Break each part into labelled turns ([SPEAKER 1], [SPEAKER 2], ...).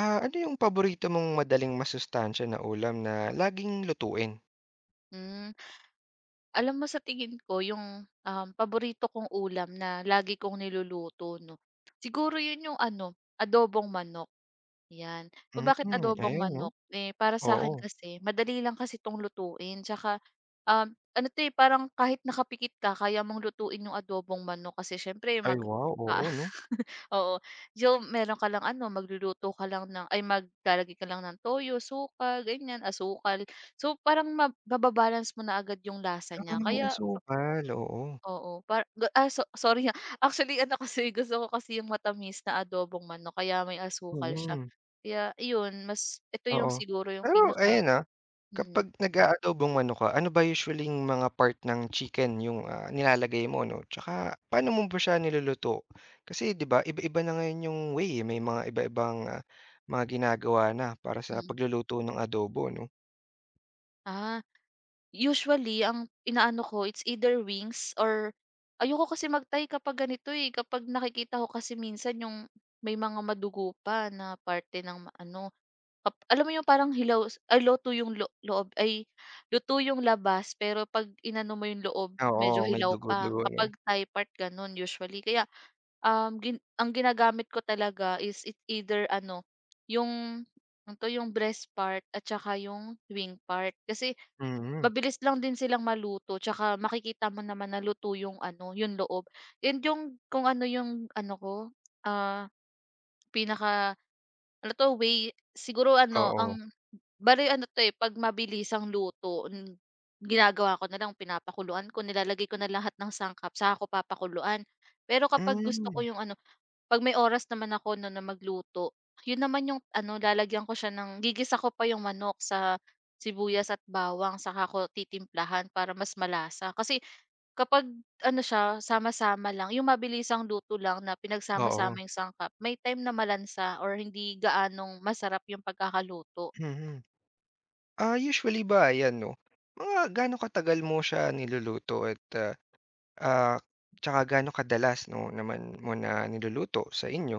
[SPEAKER 1] Ah, ano yung paborito mong madaling masustansiya na ulam na laging lutuin?
[SPEAKER 2] Hmm. Alam mo sa tingin ko yung, paborito kong ulam na lagi kong niluluto 'no, siguro yun yung ano, adobong manok. Yan. Kung bakit
[SPEAKER 1] Mm,
[SPEAKER 2] adobong
[SPEAKER 1] ayan 'no,
[SPEAKER 2] manok, eh, para sa akin
[SPEAKER 1] oo.
[SPEAKER 2] kasi madali lang kasi 'tong lutuin tsaka, ano 'to, eh, parang kahit nakapikit ka kaya mong lutuin yung adobong manok kasi siyempre
[SPEAKER 1] Ay wow, oo
[SPEAKER 2] ah,
[SPEAKER 1] 'no.
[SPEAKER 2] oo. So, meron ka lang ano, magluluto ka lang ng ay maglalagay ka lang ng toyo, suka, ganyan, asukal. So, parang mababalance mo na agad yung lasa
[SPEAKER 1] Ah,
[SPEAKER 2] niya
[SPEAKER 1] may
[SPEAKER 2] kaya
[SPEAKER 1] asukal, oo.
[SPEAKER 2] oo, so sorry, ha. Actually ano kasi, gusto ko kasi yung matamis na adobong manok kaya may asukal siya.
[SPEAKER 1] Mm,
[SPEAKER 2] Kaya iyon, mas ito yung
[SPEAKER 1] oo.
[SPEAKER 2] siguro yung
[SPEAKER 1] Pero
[SPEAKER 2] pinaka
[SPEAKER 1] ayan,
[SPEAKER 2] mm,
[SPEAKER 1] kapag nag-aadobong ano ka, ano ba usually-ing mga part ng chicken yung, nilalagay mo 'no? Tsaka paano mo ba siya niluluto? Kasi 'di ba iba-iba na ngayon yung way, eh, may mga iba-ibang, mga ginagawa na para sa
[SPEAKER 2] mm.
[SPEAKER 1] pagluluto ng adobo 'no?
[SPEAKER 2] Ah. Usually ang inaano ko it's either wings or ayoko kasi magtay kapag ganito, eh, kapag nakikita ko kasi minsan yung may mga madugo pa na parte ng ano, alam mo yung parang hilaw s- ay luto yung loob luto yung labas pero 'pag inano mo yung loob
[SPEAKER 1] Oo,
[SPEAKER 2] medyo
[SPEAKER 1] may
[SPEAKER 2] hilaw pa.
[SPEAKER 1] dugo-dugo 'no,
[SPEAKER 2] Kapag Thai part gano'n usually kaya Um, gin ang ginagamit ko talaga is it either ano, yung ano 'to, yung breast part at saka yung wing part. Kasi
[SPEAKER 1] mm.
[SPEAKER 2] mabilis lang din silang maluto tsaka makikita mo naman na luto yung ano, yung loob. And yung kung ano yung ano ko, ah, pinaka ano 'to, way siguro ano,
[SPEAKER 1] Oo.
[SPEAKER 2] ang bale ano 'to, eh, 'pag mabilis ang luto, ginagawa ko na lang pinapakuluan ko, nilalagay ko na lahat ng sangkap sa ako papakuluan. Pero kapag gusto ko
[SPEAKER 1] Hmm,
[SPEAKER 2] yung ano 'pag may oras naman ako 'no, na magluto, yun naman yung ano lalagyan ko siya ng gigisa ko pa yung manok sa sibuyas at bawang saka ko titimplahan para mas malasa. Kasi kapag ano siya sama-sama lang, yung mabilisang luto lang na
[SPEAKER 1] oo,
[SPEAKER 2] pinagsama-sama yung sangkap, may time na malansa or hindi gaanong masarap yung pagkakaluto.
[SPEAKER 1] mm. Ah, usually ba ayan 'no, mga gaano katagal mo siya niluluto at, ah, tsaka gaano kadalas 'no naman mo na niluluto sa inyo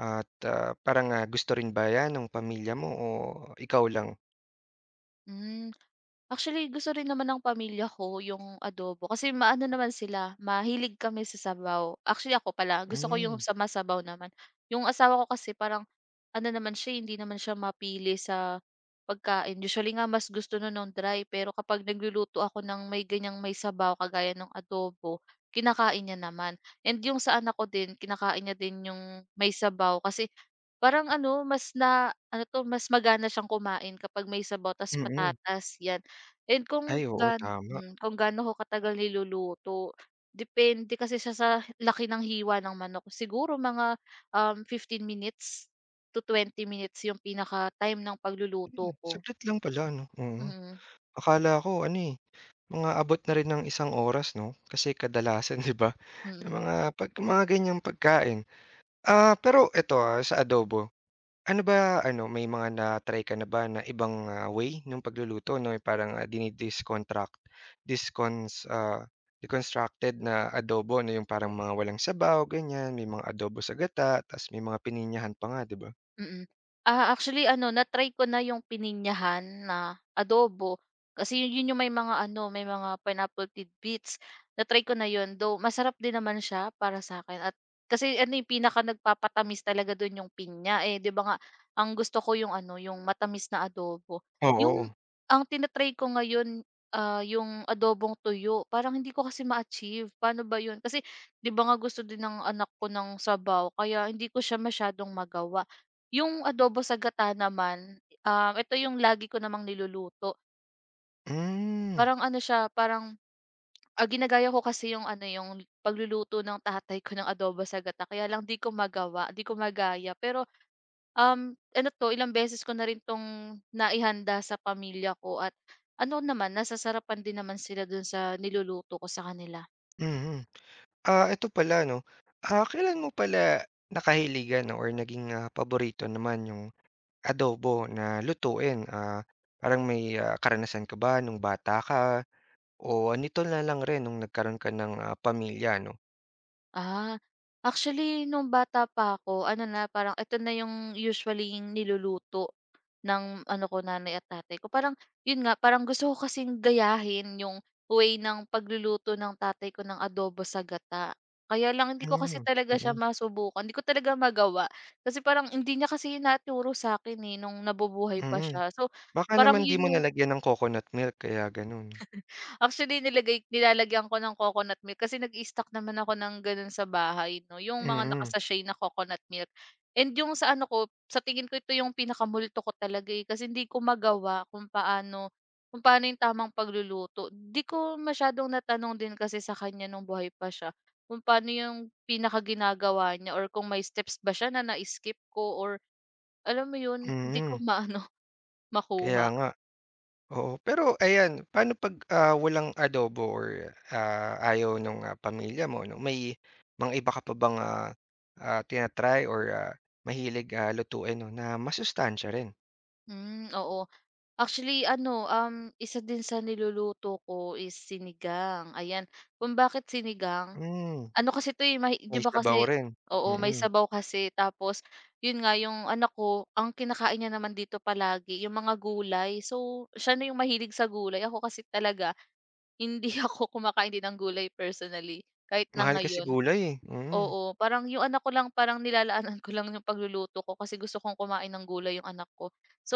[SPEAKER 1] at, parang, gusto rin ba 'yan nung pamilya mo o ikaw lang?
[SPEAKER 2] Hmm. Actually, gusto rin naman ng pamilya ko yung adobo kasi maano naman sila, mahilig kami sa sabaw. Actually, ako pala, gusto ko yung
[SPEAKER 1] Hmm,
[SPEAKER 2] sa masabaw naman. Yung asawa ko kasi parang ano naman siya, eh, hindi naman siya mapili sa pagkain. Usually nga, mas gusto nun ng dry. Pero kapag nagluluto ako ng may ganyang may sabaw, kagaya ng adobo, kinakain niya naman. And yung sa anak ko din, kinakain niya din yung may sabaw. Kasi parang ano, mas na ano 'to, mas magana siyang kumain kapag may sabaw tas
[SPEAKER 1] mm.
[SPEAKER 2] patatas, 'yan. And
[SPEAKER 1] Ay oo, tama.
[SPEAKER 2] kung gaano ko katagal niluluto, depende kasi siya sa laki ng hiwa ng manok. Siguro mga, 15 minutes to 20 minutes 'yung pinaka-time ng pagluluto ko.
[SPEAKER 1] Saglit lang pala 'no, mm.
[SPEAKER 2] Mm,
[SPEAKER 1] Akala ko ano, eh, mga abot na rin ng isang oras 'no, kasi kadalasan 'di ba, yung
[SPEAKER 2] mm.
[SPEAKER 1] mga pag mga ganyang pagkain. Pero eto, sa adobo, ano ba ano, may mga na-try ka na ba na ibang, way ng pagluluto 'no, yung parang, discons ah, deconstructed na adobo 'no, yung parang mga walang sabaw ganyan, may mga adobo sa gata ta's may mga pininyahan pa nga 'di ba?
[SPEAKER 2] Mm. Actually ano, na-try ko na yung pininyahan na adobo, kasi yun yun yung may mga ano, may mga pineapple tidbits. Na-try ko na yun, though masarap din naman siya para sa akin at kasi ano yung pinaka nagpapatamis talaga dun yung pinya, eh, 'di ba nga ang gusto ko yung ano, yung matamis na adobo. Yung
[SPEAKER 1] Oo,
[SPEAKER 2] ang tina ko ngayon, yung adobong tuyo, parang hindi ko kasi ma-achieve, paano ba yun? Kasi 'di ba nga gusto din ng anak ko ng sabaw, kaya hindi ko siya masyadong magawa. Yung adobo sa gata naman, ito yung lagi ko namang niluluto.
[SPEAKER 1] hmm,
[SPEAKER 2] Parang ano siya, parang, ginagaya ko kasi yung ano, yung pagluluto ng tatay ko ng adobo sa gata kaya lang 'di ko magawa, 'di ko magaya. Pero, ano 'to, ilang beses ko na rin 'tong naihanda sa pamilya ko at ano naman, nasasarapan din naman sila dun sa niluluto ko sa kanila.
[SPEAKER 1] mhm. Eto pala 'no, kailan mo pala nakahiligan 'no or naging, paborito naman yung adobo na lutuin, parang may, karanasan ka ba nung bata ka o nito na lang rin nung nagkaroon ka ng, pamilya 'no?
[SPEAKER 2] Ah, actually nung bata pa ako ano na, parang ito na yung usually yung niluluto ng ano ko, nanay at tatay ko. Parang yun nga, parang gusto ko kasing gayahin yung way ng pagluluto ng tatay ko ng adobo sa gata. Kaya lang hindi ko kasi
[SPEAKER 1] Hmm,
[SPEAKER 2] talaga siya
[SPEAKER 1] mm,
[SPEAKER 2] masubukan, hindi ko talaga magawa. Kasi parang hindi niya kasi naturo sa akin eh, nung nabubuhay pa
[SPEAKER 1] mm.
[SPEAKER 2] siya. So,
[SPEAKER 1] Baka
[SPEAKER 2] parang
[SPEAKER 1] naman di
[SPEAKER 2] yun
[SPEAKER 1] mo
[SPEAKER 2] yung
[SPEAKER 1] nalagyan ng coconut milk kaya gano'n.
[SPEAKER 2] actually, nilalagyan ko ng coconut milk kasi nag stock naman ako ng gano'n sa bahay 'no, yung mga naka
[SPEAKER 1] Mm,
[SPEAKER 2] na coconut milk. And yung sa ano ko, sa tingin ko ito yung pinakamulto ko talaga, eh, kasi hindi ko magawa kung paano yung tamang pagluluto. Hindi ko masyadong natanong din kasi sa kanya nung buhay pa siya, kung paano yung pinakaginagawa niya or kung may steps ba siya na na-skip ko or alam mo yun, hindi ko
[SPEAKER 1] mm.
[SPEAKER 2] maano,
[SPEAKER 1] Kaya
[SPEAKER 2] makuha.
[SPEAKER 1] nga, oo. Pero ayan, paano 'pag, walang adobo or, ayaw nung, pamilya mo 'no, may mga iba ka pa bang, tina or, mahilig, lutuin 'no na masustansya rin?
[SPEAKER 2] Hmm, oo. Actually ano, isa din sa niluluto ko is sinigang, ayan. Kung bakit sinigang,
[SPEAKER 1] Hmm.
[SPEAKER 2] ano kasi 'to, eh, may 'di
[SPEAKER 1] May
[SPEAKER 2] ba kasi
[SPEAKER 1] sabaw rin,
[SPEAKER 2] oo, may
[SPEAKER 1] mm.
[SPEAKER 2] sabaw kasi tapos 'yun nga, yung anak ko, ang kinakain niya naman dito palagi yung mga gulay. So, siya na yung mahilig sa gulay, ako kasi talaga hindi ako kumakain din ng gulay personally, kahit na
[SPEAKER 1] Mahal kasi
[SPEAKER 2] ngayon.
[SPEAKER 1] gulay, eh, mm,
[SPEAKER 2] Oo, parang yung anak ko lang, parang nilalaanan ko lang yung pagluluto ko kasi gusto kong kumain ng gulay yung anak ko. So,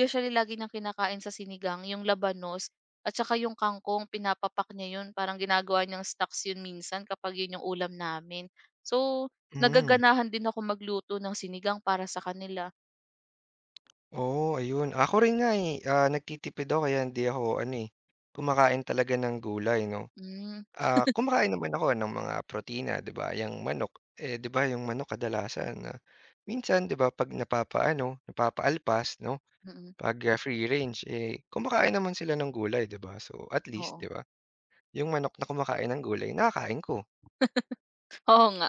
[SPEAKER 2] usually lagi niyang kinakain sa sinigang yung labanos at saka yung kangkong pinapapak niya yun, parang ginagawa niyang stocks yun minsan kapag yun yung ulam namin. So,
[SPEAKER 1] mm.
[SPEAKER 2] nagaganahan din ako magluto ng sinigang para sa kanila.
[SPEAKER 1] Oo, ayun. Ako rin nga, eh, nagtitipid ako kaya hindi ako ano, eh, kumakain talaga ng gulay 'no.
[SPEAKER 2] Hmm,
[SPEAKER 1] Kumakain naman ako ng mga protina 'di ba, yang manok, eh, 'di ba yung manok kadalasan, minsan 'di ba 'pag napapaano, napapaalpas 'no,
[SPEAKER 2] mm.
[SPEAKER 1] 'pag, free range, eh, kumakain naman sila ng gulay 'di ba. So, at least
[SPEAKER 2] Oo.
[SPEAKER 1] 'di ba, yung manok na kumakain ng gulay nakakain ko.
[SPEAKER 2] Oo nga,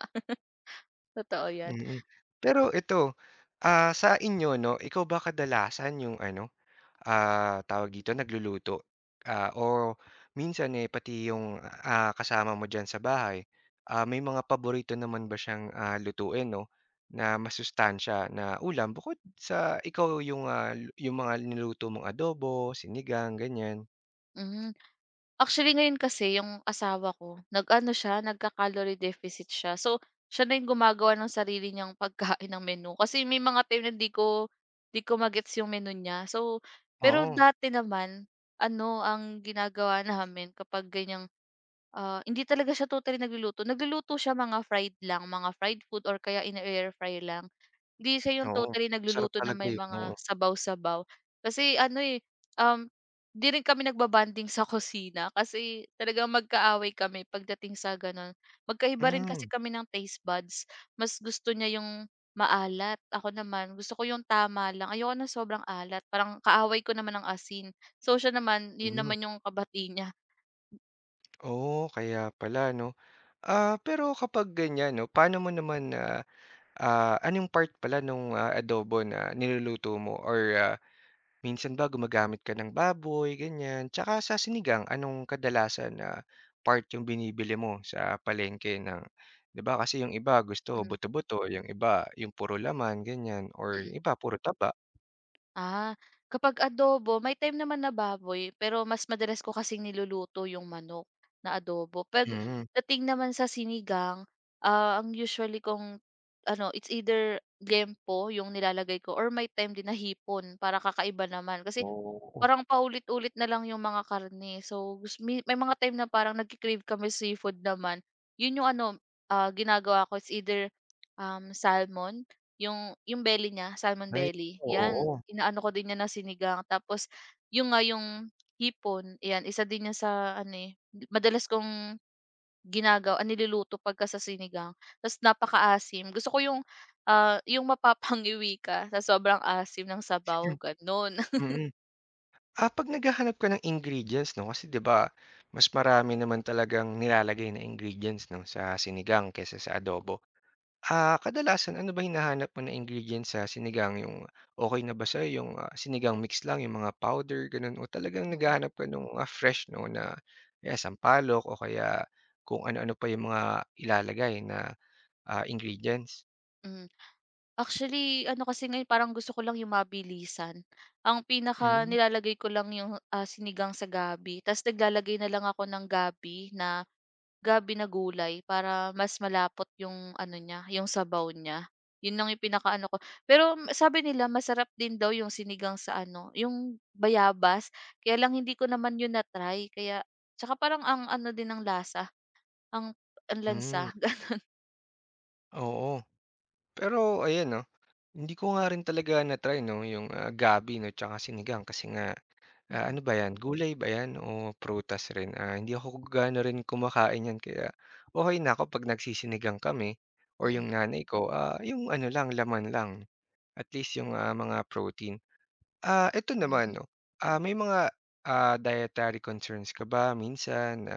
[SPEAKER 2] totoo yan.
[SPEAKER 1] Mm. Pero ito, sa inyo 'no, ikaw ba kadalasan yung ano, tawag dito, nagluluto? O minsan, eh, pati yung, kasama mo diyan sa bahay, may mga paborito naman ba siyang, lutuin 'no, na masustansya na ulam bukod sa ikaw yung, yung mga niluto mong adobo, sinigang, ganyan?
[SPEAKER 2] Hmm. Actually ngayon kasi yung asawa ko nag-ano siya, nagka-calorie deficit siya. So, siya na yung gumagawa ng sarili niyang pagkain ng menu kasi may mga time na 'di ko ma yung menu niya. So, pero
[SPEAKER 1] Oo,
[SPEAKER 2] dati naman ano ang ginagawa namin kapag ganiyang, hindi talaga siya totally nagluluto. Nagluluto siya mga fried lang, mga fried food or kaya in air fry lang. Hindi siya yung
[SPEAKER 1] oo.
[SPEAKER 2] totally
[SPEAKER 1] Masarap
[SPEAKER 2] nagluluto na
[SPEAKER 1] talaga
[SPEAKER 2] may
[SPEAKER 1] yun,
[SPEAKER 2] mga
[SPEAKER 1] oo.
[SPEAKER 2] sabaw-sabaw. Kasi ano, eh, um, 'di rin kami nagba sa kusina kasi talagang magkaaway kami pagdating sa gano'n. Magkaiba rin kasi
[SPEAKER 1] Hmm,
[SPEAKER 2] kami ng taste buds. Mas gusto niya yung maalat, ako naman gusto ko yung tama lang, ayoko na sobrang alat. Parang kaaway ko naman ang asin. So siya naman, 'yun
[SPEAKER 1] mm.
[SPEAKER 2] naman yung kabati niya.
[SPEAKER 1] Oo, kaya pala 'no. Pero kapag ganyan 'no, paano mo naman na, anong part pala nung, adobo na niluluto mo or, minsan ba gumagamit ka ng baboy, ganyan? Tsaka sa sinigang, anong kadalasan na part yung binibili mo sa palengke ng 'di ba kasi yung iba gusto
[SPEAKER 2] Hmm,
[SPEAKER 1] buto-buto, yung iba yung puro laman, ganyan or yung
[SPEAKER 2] mm.
[SPEAKER 1] iba puro taba.
[SPEAKER 2] Ah, kapag adobo, may time naman na baboy, pero mas madalas ko kasing niluluto yung manok na adobo.
[SPEAKER 1] Mm.
[SPEAKER 2] Pagdating naman sa sinigang, ang usually kong ano, it's either liempo yung nilalagay ko or may time din na hipon para kakaiba naman. Kasi
[SPEAKER 1] Oo,
[SPEAKER 2] parang paulit-ulit na lang yung mga karne. So, gus mi may mga time na parang nagke-crave kami seafood naman. Yun yung ano, ginagawa ko is either, salmon, yung belly niya, salmon
[SPEAKER 1] ay
[SPEAKER 2] belly,
[SPEAKER 1] oo,
[SPEAKER 2] 'yan.
[SPEAKER 1] oo.
[SPEAKER 2] Inaano ko din 'yan na sinigang. Tapos yung nga yung hipon, 'yan, isa din 'yan sa ano, eh, madalas kong ginagawa niluluto pagka sa sinigang. Ta's napakaasim. Gusto ko yung, yung mapapangiwi ka sa sobrang asim ng sabaw, gano'n.
[SPEAKER 1] Mm. 'Pag naghahanap ka ng ingredients 'no, kasi 'di ba mas marami naman talagang nilalagay na ingredients 'no, sa sinigang kaysa sa adobo. Kadalasan ano ba hinahanap mo na ingredients sa sinigang, yung okay na ba sa yung, sinigang mix lang, yung mga powder gano'n o talagang naghahanap ka nung, fresh 'no, na kaya sampalok o kaya kung ano-ano pa yung mga ilalagay na, ingredients?
[SPEAKER 2] Hmm. Actually, ano kasi ngayon parang gusto ko lang yung mabilisan. Ang pinaka
[SPEAKER 1] Hmm,
[SPEAKER 2] nilalagay ko lang yung, sinigang sa gabi ta's naglalagay na lang ako ng gabi na gulay para mas malapot yung ano niya, yung sabaw niya. Yun lang yung pinaka ano ko. Pero sabi nila masarap din daw yung sinigang sa ano, yung bayabas. Kaya lang hindi ko naman yun na-try kaya 'tsaka parang ang ano din ng lasa, ang ang
[SPEAKER 1] hmm,
[SPEAKER 2] lansa.
[SPEAKER 1] oo. Pero ayan 'no. Hindi ko nga rin talaga na-try 'no, yung, gabi 'no, tsaka sinigang kasi nga, ano
[SPEAKER 2] Mm,
[SPEAKER 1] ba 'yan, gulay ba 'yan o prutas rin? Hindi ako gaano rin kumakain niyan kaya okey na ako 'pag nagsisinigang kami or
[SPEAKER 2] mm,
[SPEAKER 1] yung nanay ko, yung ano lang, laman lang, at least yung, mga protein. Eto naman
[SPEAKER 2] hmm.
[SPEAKER 1] 'no, may mga, dietary concerns ka ba minsan na,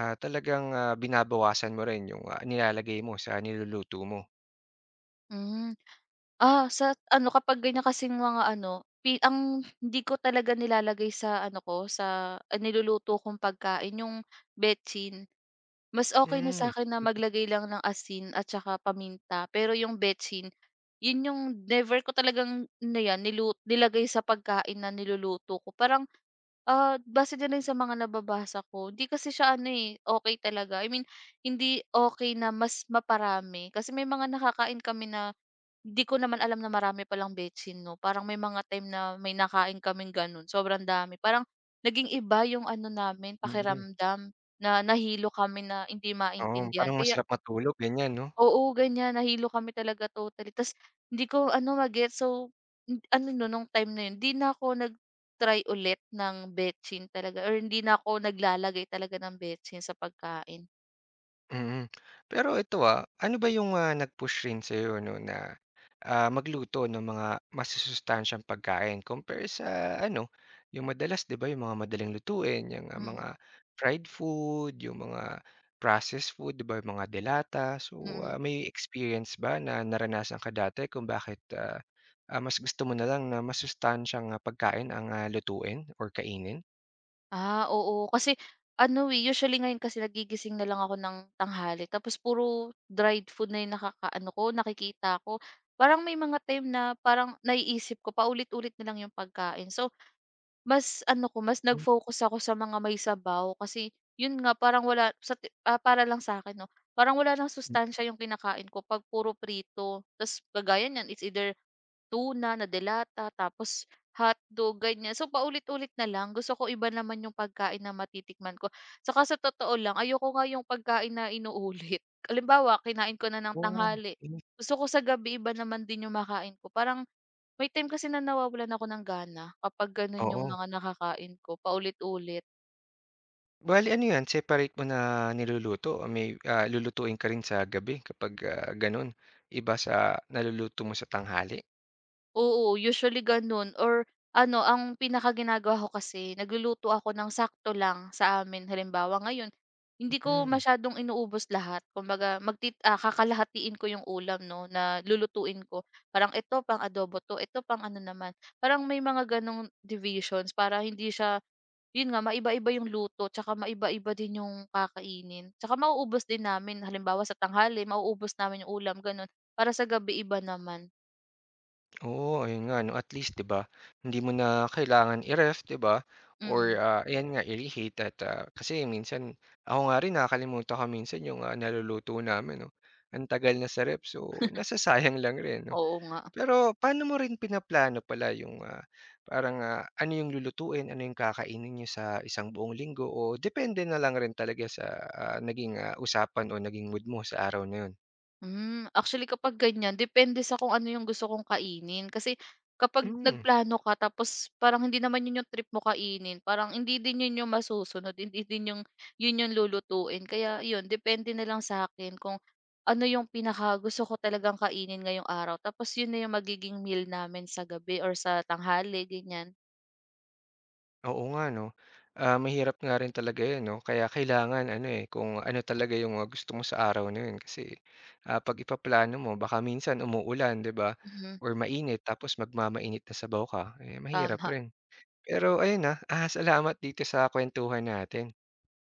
[SPEAKER 1] talagang, binabawasan mo rin yung, nilalagay mo sa niluluto mo?
[SPEAKER 2] Hmm. Sa ano kapag ganyan kasing mga ano, ang hindi ko talaga nilalagay sa ano ko, sa, niluluto kong pagkain yung betsin. Mas okay na
[SPEAKER 1] Hmm,
[SPEAKER 2] sa akin na maglagay lang ng asin at saka paminta, pero yung betsin, yun yung never ko talagang na yan, nilagay sa pagkain na niluluto ko. Parang, base na lang sa mga nababasa ko, hindi kasi siya ano, eh, okey talaga. I mean, hindi okay na mas maparami kasi may mga nakakain kami na hindi ko naman alam na marami palang betsin 'no, parang may mga time na may nakain kaming gano'n, sobrang dami. Parang naging iba yung ano namin
[SPEAKER 1] mm.
[SPEAKER 2] pakiramdam na nahilo kami na hindi
[SPEAKER 1] Oo,
[SPEAKER 2] maintindihan
[SPEAKER 1] parang
[SPEAKER 2] kaya
[SPEAKER 1] masarap matulog ganyan 'no?
[SPEAKER 2] oo, ganyan nahilo kami talaga totally ta's hindi ko ano ma-gets so, ano nun nung time na yun 'di na ako nag-try ulit ng betsin talaga or hindi na ako naglalagay talaga ng betsin sa pagkain.
[SPEAKER 1] Mm. Pero ito, ano ba yung, nag-push rin sa'yo 'no na, magluto ng mga masusustansyang pagkain compare sa ano, yung madalas 'di ba yung mga madaling lutuin, yang, mga
[SPEAKER 2] Mm,
[SPEAKER 1] fried food, yung mga processed food 'di ba, yung mga delata. So,
[SPEAKER 2] mm.
[SPEAKER 1] may experience ba na naranasan ka dati kung bakit, mas gusto mo na lang na masustansyang, pagkain ang, lutuin or kainin?
[SPEAKER 2] Oo. Kasi ano, eh, usually ngayon kasi nagigising na lang ako ng tanghali tapos puro dried food na yung nakakaano ko, nakikita ko. Parang may mga time na parang naiisip ko paulit-ulit na lang yung pagkain. So, mas ano ko, mas
[SPEAKER 1] Hmm,
[SPEAKER 2] nag-focus ako sa mga may sabaw kasi yun nga parang wala sa para lang sa akin 'no. Parang wala ng
[SPEAKER 1] hmm.
[SPEAKER 2] sustansya yung kinakain ko pag puro prito. Tapos kagaya niyan, it's either tuna na delata, tapos hotdog, ganyan. So, paulit-ulit na lang. Gusto ko iba naman yung pagkain na matitikman ko. Tsaka sa totoo lang, ayoko nga yung pagkain na inuulit. Halimbawa, kinain ko na ng
[SPEAKER 1] Oh,
[SPEAKER 2] tanghali.
[SPEAKER 1] hmm,
[SPEAKER 2] Gusto ko sa gabi iba naman din yung makain ko. Parang may time kasi na nawawalan ako ng gana kapag ganun yung
[SPEAKER 1] oo.
[SPEAKER 2] mga nakakain ko, paulit-ulit.
[SPEAKER 1] Bale ano 'yan, separate mo na niluluto. May, lulutuin ka rin sa gabi kapag, gano'n. Iba sa naluluto mo sa tanghali.
[SPEAKER 2] Oo, usually gano'n or ano ang pinakaginagawa ko kasi nagluluto ako ng sakto lang sa amin. Halimbawa ngayon, hindi ko
[SPEAKER 1] Mm,
[SPEAKER 2] masyadong inuubos lahat. Kumbaga kakalahatiin ko yung ulam 'no, na lulutuin ko. Parang ito pang adobo 'to, ito pang ano naman. Parang may mga gano'ng divisions para hindi siya yun nga maiba-iba yung luto tsaka maiba-iba din yung kakainin. Tsaka mauubos din namin halimbawa sa tanghali mauubos namin yung ulam gano'n, para sa gabi iba naman.
[SPEAKER 1] oo, ayun nga 'no, at least 'di ba, hindi mo na kailangan i-ref 'di ba or,
[SPEAKER 2] Mm,
[SPEAKER 1] ayan nga i-reheat at, kasi minsan ako nga rin nakakalimutan ko minsan yung, naluluto namin 'no. Ang tagal na sa ref so nasasayang lang rin 'no.
[SPEAKER 2] oo nga.
[SPEAKER 1] Pero paano mo rin pinaplano pala yung, parang, ano yung lulutuin, ano yung kakainin niyo sa isang buong linggo o depende na lang rin talaga sa, naging, usapan o naging mood mo sa araw na yun?
[SPEAKER 2] Hmm, actually kapag ganyan depende sa kung ano yung gusto kong kainin. Kasi kapag
[SPEAKER 1] Hmm,
[SPEAKER 2] nagplano ka tapos parang hindi naman yun yung trip mo kainin, parang hindi din yun yung masusunod, hindi din yung yun yung lulutuin. Kaya yun, depende na lang sa akin kung ano yung pinakagusto ko talagang kainin ngayong araw tapos yun na yung magiging meal namin sa gabi or sa tanghali, ganyan.
[SPEAKER 1] oo nga 'no. Mahirap nga rin talaga yun 'no, kaya kailangan ano, eh, kung ano talaga yung, gusto mo sa araw na yun kasi, 'pag ipaplano mo baka minsan umuulan 'di ba
[SPEAKER 2] Mhm,
[SPEAKER 1] or mainit tapos magmamainit na sabaw ka, eh, mahirap
[SPEAKER 2] tama.
[SPEAKER 1] rin.
[SPEAKER 2] Mm,
[SPEAKER 1] Pero ayun, salamat dito sa kuwentuhan natin.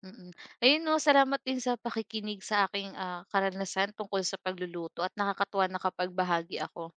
[SPEAKER 2] mm. Ayun 'no, salamat din sa pakikinig sa aking, karanasan tungkol sa pagluluto at nakakatuwa na kapag bahagi ako.